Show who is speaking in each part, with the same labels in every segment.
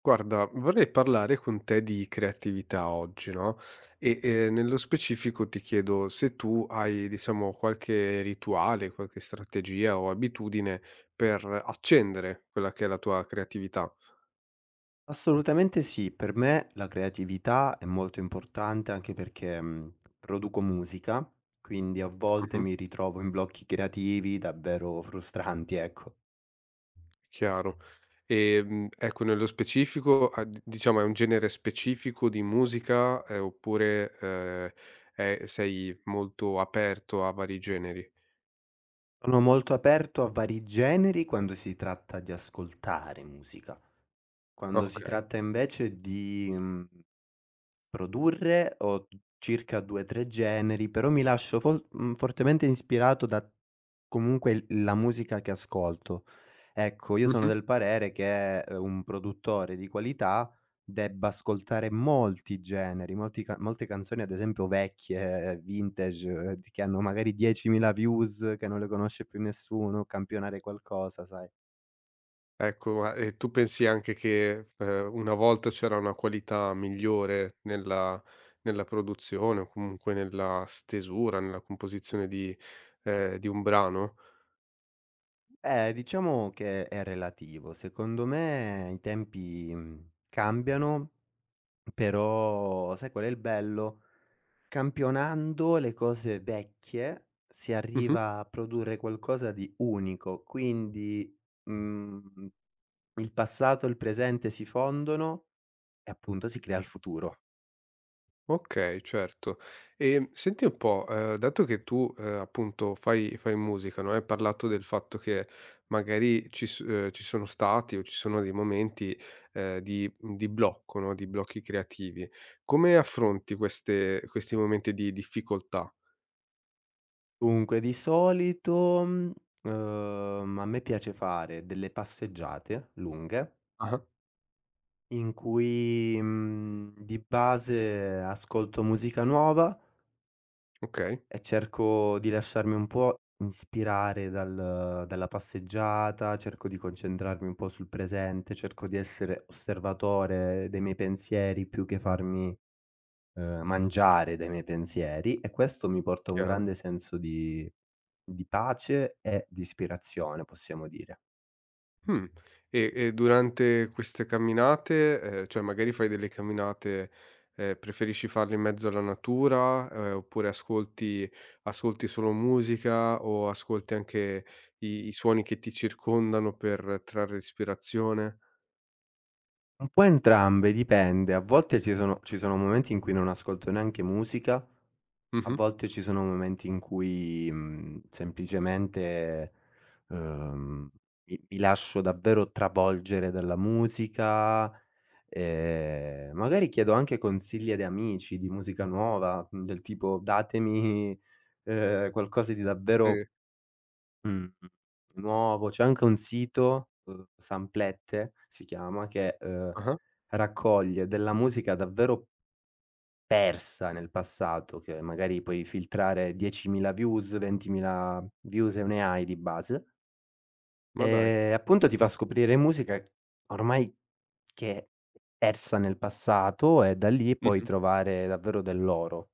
Speaker 1: Guarda, vorrei parlare con te di creatività oggi, no, e, nello specifico ti chiedo se tu hai, diciamo, qualche rituale, qualche strategia o abitudine per accendere quella che è la tua creatività.
Speaker 2: Assolutamente sì, per me la creatività è molto importante anche perché, produco musica, quindi a volte
Speaker 1: Mh-mh,
Speaker 2: mi ritrovo in blocchi creativi davvero frustranti, ecco.
Speaker 1: chiaro. Ecco, nello specifico, a d diciamo, è un genere specifico di musica, oppure, è sei molto aperto a vari generi?
Speaker 2: Sono molto aperto a vari generi quando si tratta di ascoltare musica. Quando si
Speaker 1: Okay.
Speaker 2: tratta invece di, mhmm produrre ho circa 2, 3 generi, però mi lascio fortemente ispirato da comunque il la musica che ascolto. Ecco, io sono
Speaker 1: Mh-mh.
Speaker 2: del parere che, un produttore di qualità debba ascoltare molti generi, molti ca molte canzoni ad esempio vecchie, vintage, d che hanno magari 10.000 views, che non le conosce più nessuno, campionare qualcosa, sai.
Speaker 1: Ecco, ma e tu pensi anche che, una volta c'era una qualità migliore nella produzione o comunque nella stesura, nella composizione di un brano?
Speaker 2: Diciamo che è relativo. Secondo me i tempi, cambiano. Però sai qual è il bello? Campionando le cose vecchie si
Speaker 1: Mh-mh.
Speaker 2: arriva a produrre qualcosa di unico, quindi, mhmm, il passato e il presente si fondono e appunto si crea il futuro.
Speaker 1: Okay, certo. Senti un po', dato che tu, appunto fai musica, no, hai parlato del fatto che magari ci sono stati o ci sono dei momenti, di blocco, no, di blocchi creativi. Come affronti queste questi momenti di difficoltà?
Speaker 2: Dunque di solito, a me piace fare delle passeggiate lunghe
Speaker 1: Ah-ah.
Speaker 2: in cui, di base ascolto musica nuova.
Speaker 1: Okay,
Speaker 2: E cerco di lasciarmi un po' inspirare dalla passeggiata, cerco di concentrarmi un po' sul presente, cerco di essere osservatore dei miei pensieri più che farmi, mangiare dai miei pensieri, e questo mi porta a un
Speaker 1: chiaro.
Speaker 2: grande senso di pace e di ispirazione, possiamo dire.
Speaker 1: Mh. E durante queste camminate, cioè magari fai delle camminate, preferisci farle in mezzo alla natura, oppure ascolti solo musica o ascolti anche i suoni che ti circondano per trarre ispirazione?
Speaker 2: Un po' entrambe, dipende. A volte ci sono momenti in cui non ascolto neanche musica. A
Speaker 1: Mh-mh.
Speaker 2: volte ci sono momenti in cui, semplicemente, uhm, mi lascio davvero travolgere dalla musica, magari chiedo anche consigli ad amici di musica nuova, del tipo: "Datemi, qualcosa di davvero,
Speaker 1: E
Speaker 2: mhmm, nuovo". C'è anche un sito, Samplette si chiama, che,
Speaker 1: ah-ah,
Speaker 2: raccoglie della musica davvero persa nel passato, che magari puoi filtrare 10.000 views, 20.000 views, e ne hai di base,
Speaker 1: ma dai.
Speaker 2: appunto ti fa scoprire musica ormai che è persa nel passato, e da lì puoi
Speaker 1: Mh-mh.
Speaker 2: trovare davvero dell'oro.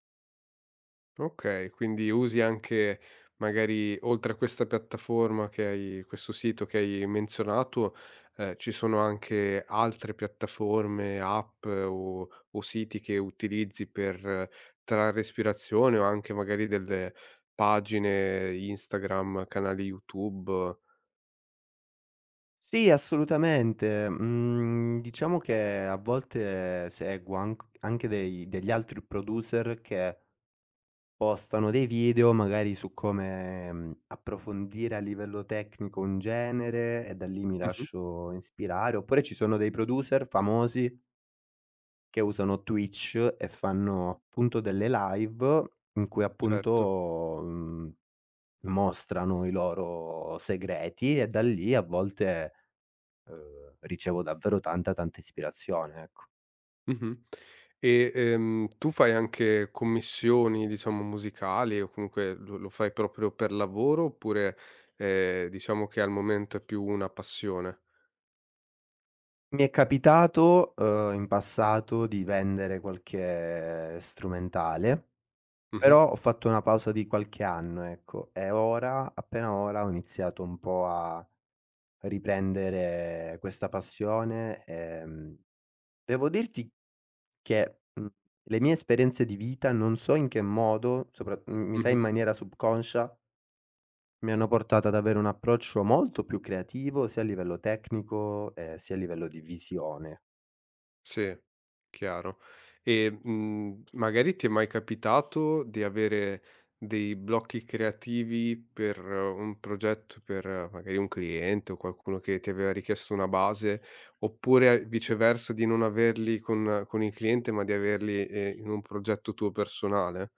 Speaker 1: Okay, quindi usi anche magari oltre a questa piattaforma che hai, questo sito che hai menzionato, ci sono anche altre piattaforme, app o siti che utilizzi per trarre ispirazione o anche magari delle pagine Instagram, canali YouTube.
Speaker 2: Sì, assolutamente. Mhmm, diciamo che a volte seguo anche dei degli altri producer che postano dei video magari su come, approfondire a livello tecnico un genere, e da lì mi
Speaker 1: Mh-mh,
Speaker 2: lascio ispirare, oppure ci sono dei producer famosi che usano Twitch e fanno appunto delle live in cui
Speaker 1: certo.
Speaker 2: appunto, mostrano i loro segreti, e da lì a volte, ricevo davvero tanta, tanta ispirazione, ecco.
Speaker 1: Mh-mh. E, tu fai anche commissioni, diciamo, musicali o comunque lo fai proprio per lavoro oppure, diciamo che al momento è più una passione?
Speaker 2: Mi è capitato, in passato di vendere qualche strumentale.
Speaker 1: Mh-mh.
Speaker 2: Però ho fatto una pausa di qualche anno, ecco, e ora ho iniziato un po' a riprendere questa passione, devo dirti che, le mie esperienze di vita non so in che modo, mi sa in
Speaker 1: Mh-mh.
Speaker 2: maniera subconscia, mi hanno portato ad avere un approccio molto più creativo sia a livello tecnico, sia a livello di visione.
Speaker 1: Sì, chiaro. E, magari ti è mai capitato di avere dei blocchi creativi per un progetto, per magari un cliente o qualcuno che ti aveva richiesto una base, oppure a viceversa di non averli con il cliente, ma di averli, in un progetto tuo personale?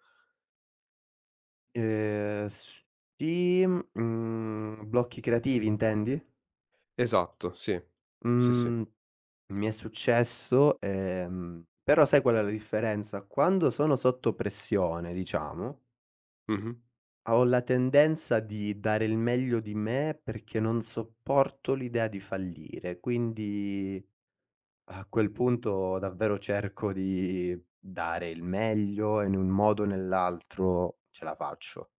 Speaker 2: Ehm, sì, blocchi creativi intendi?
Speaker 1: Esatto, sì. Sì, sì.
Speaker 2: Mhmm Mi è successo, però sai qual è la differenza? Quando sono sotto pressione, diciamo,
Speaker 1: Mh-mh.
Speaker 2: ho la tendenza di dare il meglio di me perché non sopporto l'idea di fallire, quindi a quel punto davvero cerco di dare il meglio e in un modo o nell'altro ce la faccio.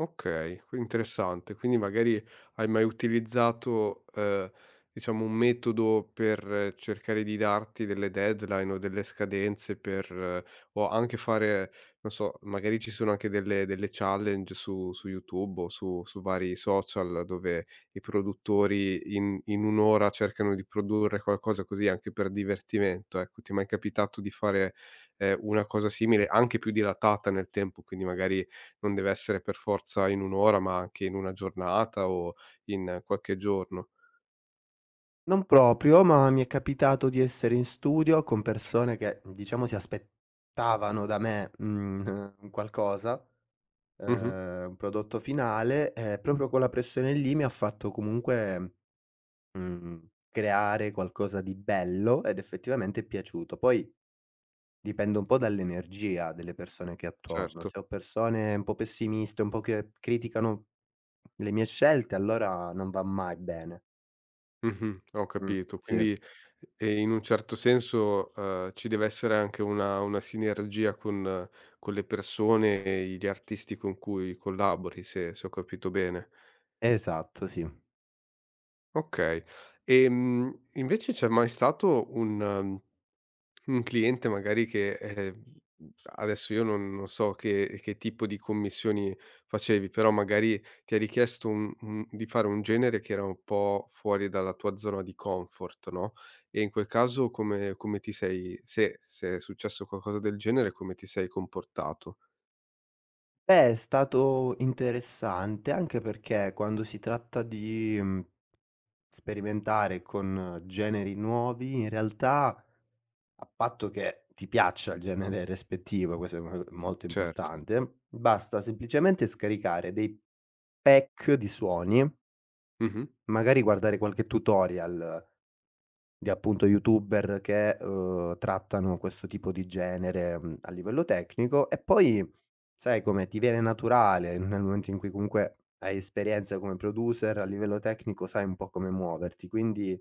Speaker 1: Okay, qui interessante. Quindi magari hai mai utilizzato, diciamo un metodo per cercare di darti delle deadline o delle scadenze per o anche fare non so, magari ci sono anche delle challenge su YouTube o su vari social dove i produttori in un'ora ora cercano di produrre qualcosa così anche per divertimento, ecco. Ti è mai capitato di fare, una cosa simile, anche più dilatata nel tempo, quindi magari non deve essere per forza in un'ora ora, ma anche in 1 giornata o in qualche giorno.
Speaker 2: Non proprio, ma mi è capitato di essere in studio con persone che, diciamo, si aspettavano da me, un qualcosa,
Speaker 1: Mh-mh.
Speaker 2: un prodotto finale, e proprio quella pressione lì mi ha fatto comunque, creare qualcosa di bello ed effettivamente è piaciuto. Poi dipende un po' dall'energia delle persone che ho attorno.
Speaker 1: Certo.
Speaker 2: Se ho persone un po' pessimiste, un po' che criticano le mie scelte, allora non va mai bene.
Speaker 1: Mh-mh. Ho capito.
Speaker 2: Sì.
Speaker 1: Quindi, in un certo senso, ci deve essere anche una sinergia con le persone e gli artisti con cui collabori, se ho capito bene.
Speaker 2: Esatto, sì.
Speaker 1: Okay. Invece c'è mai stato un cliente magari che, adesso io non so che tipo di commissioni facevi, però magari ti ha richiesto un di fare un genere che era un po' fuori dalla tua zona di comfort, no, e in quel caso come ti sei, se è successo qualcosa del genere, come ti sei comportato?
Speaker 2: Beh, è stato interessante anche perché quando si tratta di, sperimentare con generi nuovi in realtà, a patto che ti piaccia il genere rispettivo, questo è mo molto
Speaker 1: Certo.
Speaker 2: importante, basta semplicemente scaricare dei pack di suoni,
Speaker 1: Mh-mh.
Speaker 2: magari guardare qualche tutorial di appunto youtuber che, trattano questo tipo di genere, a livello tecnico, e poi sai come, ti viene naturale nel momento in cui comunque hai esperienza come producer a livello tecnico, sai un po' come muoverti, quindi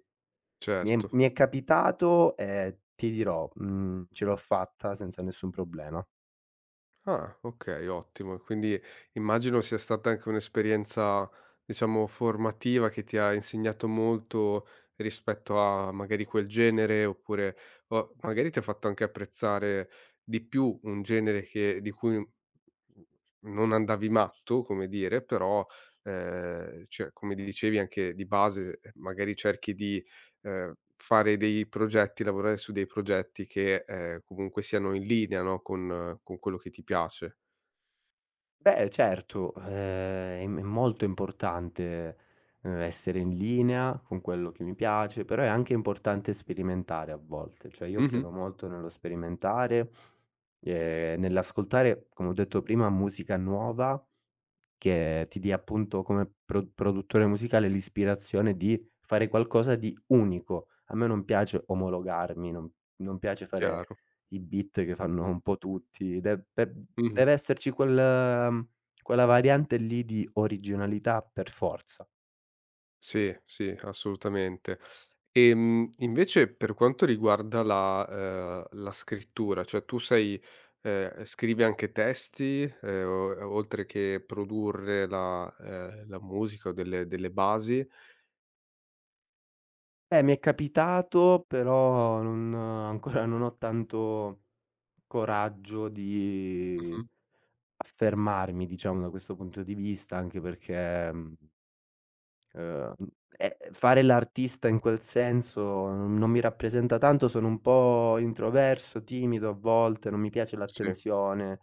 Speaker 1: Certo.
Speaker 2: mi è capitato e ti dirò, ce l'ho fatta senza nessun problema.
Speaker 1: Ah, okay, ottimo. Quindi immagino sia stata anche un'esperienza, diciamo, formativa che ti ha insegnato molto rispetto a magari quel genere, oppure o magari ti ha fatto anche apprezzare di più un genere che di cui, non andavi matto, come dire, però, cioè come dicevi anche di base, magari cerchi di fare dei progetti, lavorare su dei progetti che, comunque siano in linea, no, con quello che ti piace.
Speaker 2: Beh certo, è molto importante, essere in linea con quello che mi piace, però è anche importante sperimentare a volte, cioè io
Speaker 1: Mh-mh,
Speaker 2: credo molto nello sperimentare, nell'ascoltare, come ho detto prima, musica nuova che ti dia appunto come produttore musicale l'ispirazione di fare qualcosa di unico. A me non piace omologarmi, non piace fare
Speaker 1: chiaro.
Speaker 2: i beat che fanno un po' tutti, de pe
Speaker 1: Mh-mh.
Speaker 2: deve esserci quel mhmm, quella variante lì di originalità per forza.
Speaker 1: Sì, sì, assolutamente. Invece per quanto riguarda la, la scrittura, cioè tu sei scrivi anche testi, o oltre che produrre la, la musica o delle basi?
Speaker 2: Mi è capitato, però non ancora non ho tanto coraggio di
Speaker 1: Mh-mh.
Speaker 2: affermarmi, diciamo, da questo punto di vista, anche perché, Uhm, mhmm, fare l'artista in quel senso non mi rappresenta tanto, sono un po' introverso, timido a volte, non mi piace
Speaker 1: Sì.
Speaker 2: l'attenzione,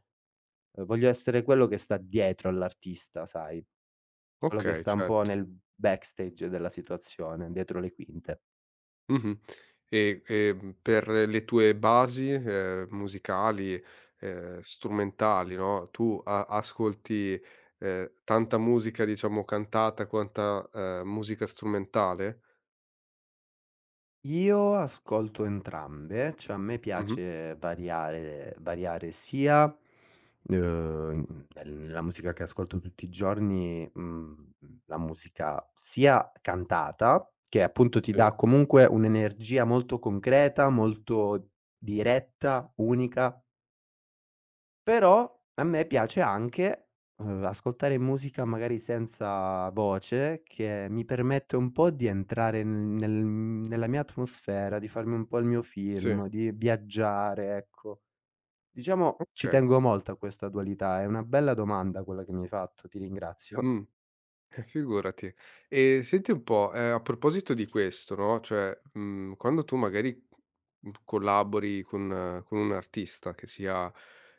Speaker 2: voglio essere quello che sta dietro all'artista, sai, quello che
Speaker 1: Okay,
Speaker 2: sta un po'
Speaker 1: certo.
Speaker 2: nel backstage della situazione, dietro le quinte.
Speaker 1: Mh-mh. E, per le tue basi, musicali, strumentali, no, tu a ascolti, tanta musica diciamo cantata quanta, musica strumentale?
Speaker 2: Io ascolto entrambe, cioè a me
Speaker 1: Mh-mh.
Speaker 2: piace variare sia, nella musica che ascolto tutti i giorni, la musica sia cantata, che appunto ti
Speaker 1: Sì,
Speaker 2: dà comunque un'energia molto concreta, molto diretta, unica. Però a me piace anche, ascoltare musica magari senza voce, che mi permette un po' di entrare n nel nella mia atmosfera, di farmi un po' il mio
Speaker 1: sì,
Speaker 2: film, di viaggiare, ecco. Diciamo ci
Speaker 1: okay.
Speaker 2: tengo molto a questa dualità, è una bella domanda quella che mi hai fatto, ti ringrazio.
Speaker 1: Mh. Figurati. E senti un po', a proposito di questo, no, cioè, quando tu magari, collabori con un artista che sia,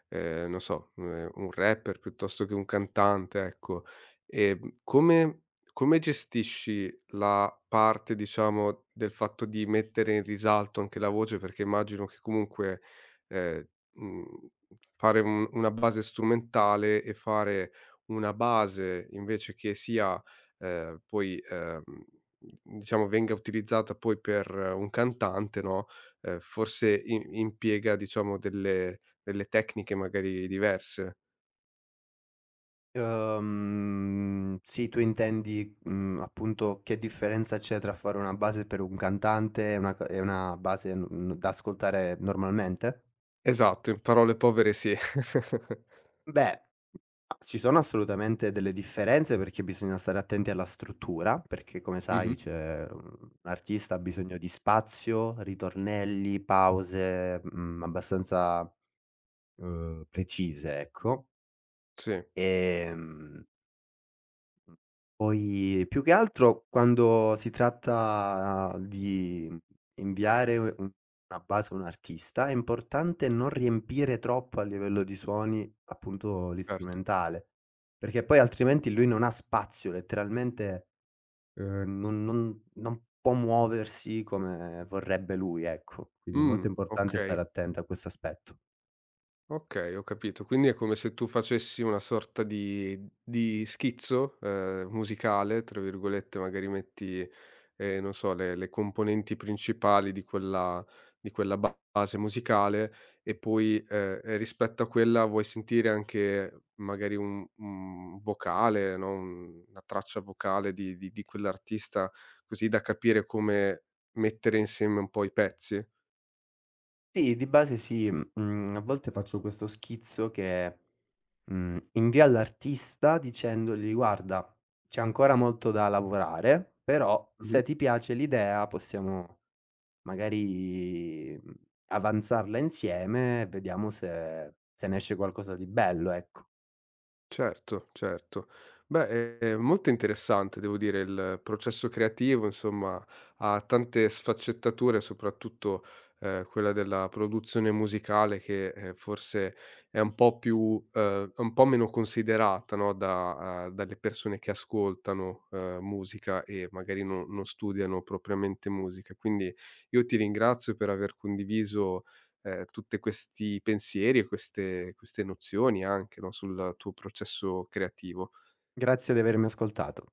Speaker 1: non so, un rapper piuttosto che un cantante, ecco, ehm, come come gestisci la parte, diciamo, del fatto di mettere in risalto anche la voce? Perché immagino che comunque, ehm, mhmm, fare un una base strumentale e fare una base invece che sia, poi, diciamo venga utilizzata poi per un cantante, no, forse i impiega diciamo delle tecniche magari diverse.
Speaker 2: Sì, tu intendi, appunto che differenza c'è tra fare una base per un cantante e una base n n da ascoltare normalmente?
Speaker 1: Esatto, in parole povere sì.
Speaker 2: Beh, ci sono assolutamente delle differenze perché bisogna stare attenti alla struttura, perché come
Speaker 1: Mh-mh.
Speaker 2: sai c'è un artista ha bisogno di spazio, ritornelli, pause, abbastanza, precise, ecco.
Speaker 1: Sì,
Speaker 2: Ehm Poi più che altro quando si tratta di inviare u un una base a un artista, è importante non riempire troppo a livello di suoni, appunto,
Speaker 1: certo.
Speaker 2: l'istrumentale, perché poi altrimenti lui non ha spazio, letteralmente, non può muoversi come vorrebbe lui, ecco. Quindi è molto importante
Speaker 1: Okay.
Speaker 2: stare attenti a questo aspetto.
Speaker 1: Okay, ho capito. Quindi è come se tu facessi una sorta di schizzo, "musicale", tra virgolette, magari metti, non so, le componenti principali di quella ba base musicale e poi, rispetto a quella vuoi sentire anche magari un vocale, no, un una traccia vocale di quell'artista, così da capire come mettere insieme un po' i pezzi?
Speaker 2: Sì, di base sì, a volte faccio questo schizzo che invia all'artista dicendogli: "Guarda, c'è ancora molto da lavorare, però
Speaker 1: Mh-mh.
Speaker 2: se ti piace l'idea possiamo magari, avanzarla insieme e vediamo se se ne esce qualcosa di bello, ecco".
Speaker 1: Certo, certo. Beh, è molto interessante devo dire, il processo creativo, insomma, ha tante sfaccettature, soprattutto, quella della produzione musicale che, forse è un po' più, è un po' meno considerata, no, da, dalle persone che ascoltano, musica e magari no non studiano propriamente musica. Quindi io ti ringrazio per aver condiviso, tutte questi pensieri e queste nozioni anche, no, sul tuo processo creativo.
Speaker 2: Grazie di avermi ascoltato."